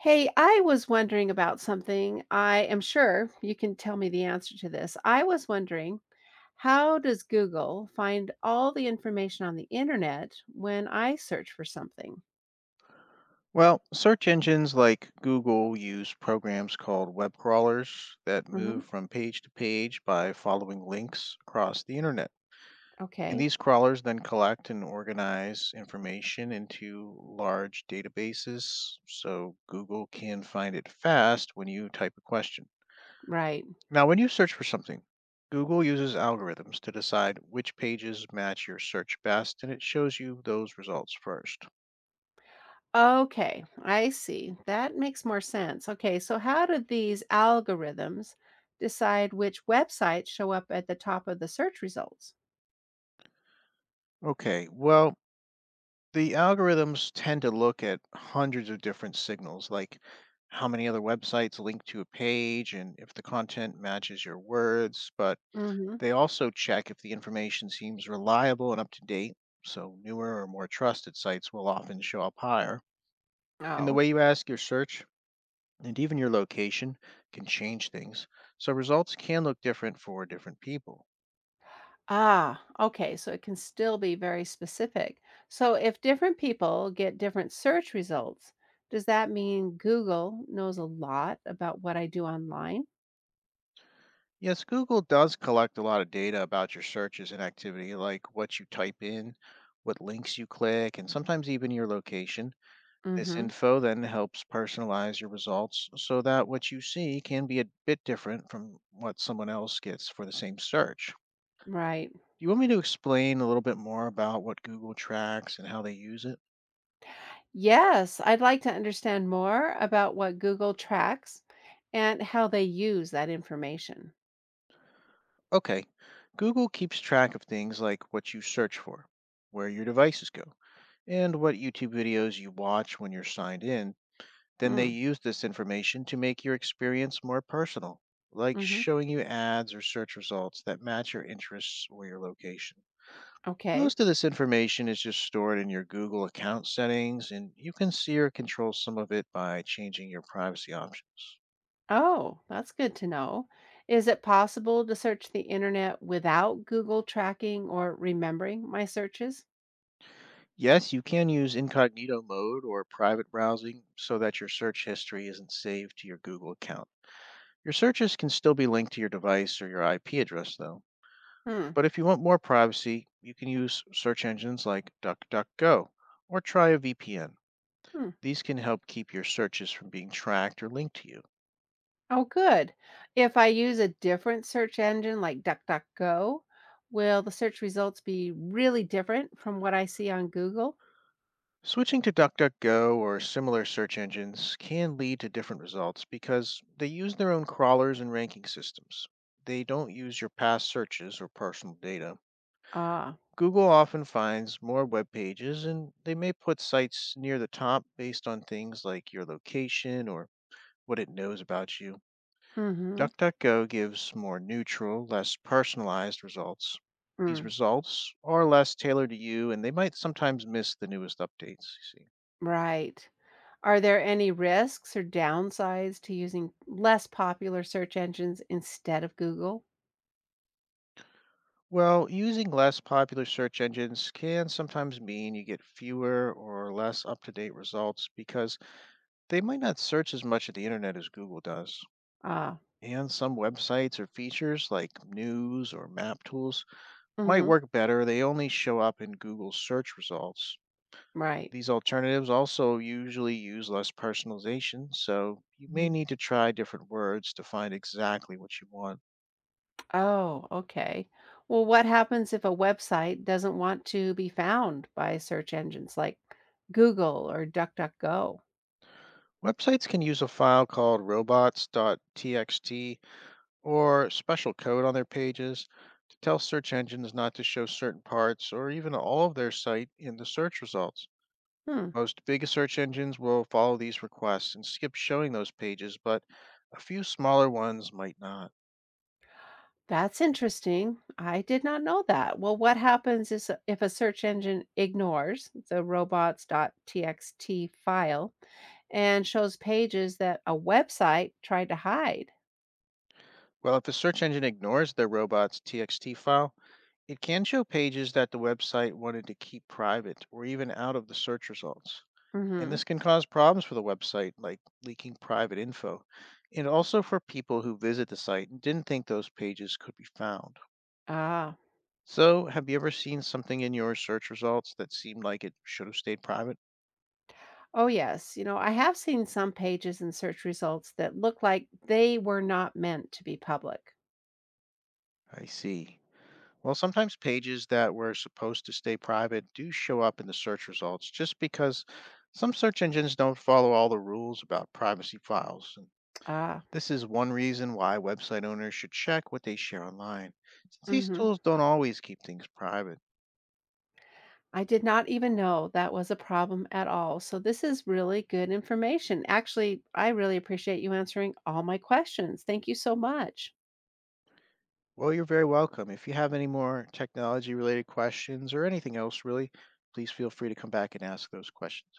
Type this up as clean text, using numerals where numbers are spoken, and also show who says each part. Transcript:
Speaker 1: Hey, I was wondering about something. I am sure you can tell me the answer to this. I was wondering, how does Google find all the information on the internet when I search for something?
Speaker 2: Well, search engines like Google use programs called web crawlers that
Speaker 1: hmm
Speaker 2: move from page to page by following links across the internet. And
Speaker 1: Okay,
Speaker 2: these crawlers then collect and organize information into large databases so Google can find it fast when you type a question.
Speaker 1: right.
Speaker 2: Now, when you search for something, Google uses algorithms to decide which pages match your search best, and it shows you those results first.
Speaker 1: Okay, I see. That makes more sense. Okay, so how do these algorithms decide which websites show up at the top of the search results?
Speaker 2: Okay, well, the algorithms tend to look at hundreds of different signals, like how many other websites link to a page and if the content matches your words, but
Speaker 1: Mhm.
Speaker 2: they also check if the information seems reliable and up to date. So, newer or more trusted sites will often show up higher. And the
Speaker 1: Oh.
Speaker 2: way you ask your search and even your location can change things. So, results can look different for different people.
Speaker 1: Ah, okay, so it can still be very specific. So if different people get different search results, does that mean Google knows a lot about what I do online?
Speaker 2: Yes, Google does collect a lot of data about your searches and activity, like what you type in, what links you click, and sometimes even your location. This
Speaker 1: Mhm.
Speaker 2: info then helps personalize your results so that what you see can be a bit different from what someone else gets for the same search.
Speaker 1: Right.
Speaker 2: Do you want me to explain a little bit more about what Google tracks and how they use it?
Speaker 1: Yes, I'd like to understand more about what Google tracks and how they use that information.
Speaker 2: Okay, Google keeps track of things like what you search for, where your devices go, and what YouTube videos you watch when you're signed in. Then they
Speaker 1: Mm.
Speaker 2: use this information to make your experience more personal, like
Speaker 1: hmm
Speaker 2: showing you ads or search results that match your interests or your location.
Speaker 1: Okay.
Speaker 2: Most of this information is just stored in your Google account settings, and you can see or control some of it by changing your privacy options.
Speaker 1: Oh, that's good to know. Is it possible to search the internet without Google tracking or remembering my searches?
Speaker 2: Yes, you can use incognito mode or private browsing so that your search history isn't saved to your Google account. Your searches can still be linked to your device or your IP address, though.
Speaker 1: Hmm.
Speaker 2: But if you want more privacy, you can use search engines like DuckDuckGo or try a VPN.
Speaker 1: Hmm.
Speaker 2: These can help keep your searches from being tracked or linked to you.
Speaker 1: Oh, good. If I use a different search engine like DuckDuckGo, will the search results be really different from what I see on Google?
Speaker 2: Switching to DuckDuckGo or similar search engines can lead to different results because they use their own crawlers and ranking systems. They don't use your past searches or personal data.
Speaker 1: Ah.
Speaker 2: Google often finds more web pages and they may put sites near the top based on things like your location or what it knows about you.
Speaker 1: Mm-hmm.
Speaker 2: DuckDuckGo gives more neutral, less personalized results. These
Speaker 1: Mm.
Speaker 2: results are less tailored to you and they might sometimes miss the newest updates, you see.
Speaker 1: Right. Are there any risks or downsides to using less popular search engines instead of Google?
Speaker 2: Well, using less popular search engines can sometimes mean you get fewer or less up to date results because they might not search as much of the internet as Google does.
Speaker 1: Ah,
Speaker 2: And some websites or features like news or map tools might
Speaker 1: mhm,
Speaker 2: work better. They only show up in Google's search results.
Speaker 1: right.
Speaker 2: These alternatives also usually use less personalization, so you may
Speaker 1: Mhm.
Speaker 2: need to try different words to find exactly what you want.
Speaker 1: Oh, okay. Well, what happens if a website doesn't want to be found by search engines like Google or DuckDuckGo?
Speaker 2: Websites can use a file called robots.txt or special code on their pages to tell search engines not to show certain parts or even all of their site in the search results.
Speaker 1: Hmm,
Speaker 2: Most big search engines will follow these requests and skip showing those pages, but a few smaller ones might not.
Speaker 1: that's interesting. I did not know that. Well, what happens is if a search engine ignores the robots.txt file and shows pages that a website tried to hide.
Speaker 2: Well, if the search engine ignores their robots.txt file, it can show pages that the website wanted to keep private or even out of the search results. And
Speaker 1: hmm
Speaker 2: this can cause problems for the website, like leaking private info, and also for people who visit the site and didn't think those pages could be found.
Speaker 1: Ah.
Speaker 2: So, have you ever seen something in your search results that seemed like it should have stayed private?
Speaker 1: Oh, yes. You know, I have seen some pages in search results that look like they were not meant to be public.
Speaker 2: I see. Well, sometimes pages that were supposed to stay private do show up in the search results just because some search engines don't follow all the rules about privacy files.
Speaker 1: Ah.
Speaker 2: This is one reason why website owners should check what they share online, since these
Speaker 1: hmm
Speaker 2: tools don't always keep things private.
Speaker 1: I did not even know that was a problem at all. So, this is really good information. Actually, I really appreciate you answering all my questions. Thank you so much.
Speaker 2: Well, you're very welcome. If you have any more technology related questions or anything else, really, please feel free to come back and ask those questions.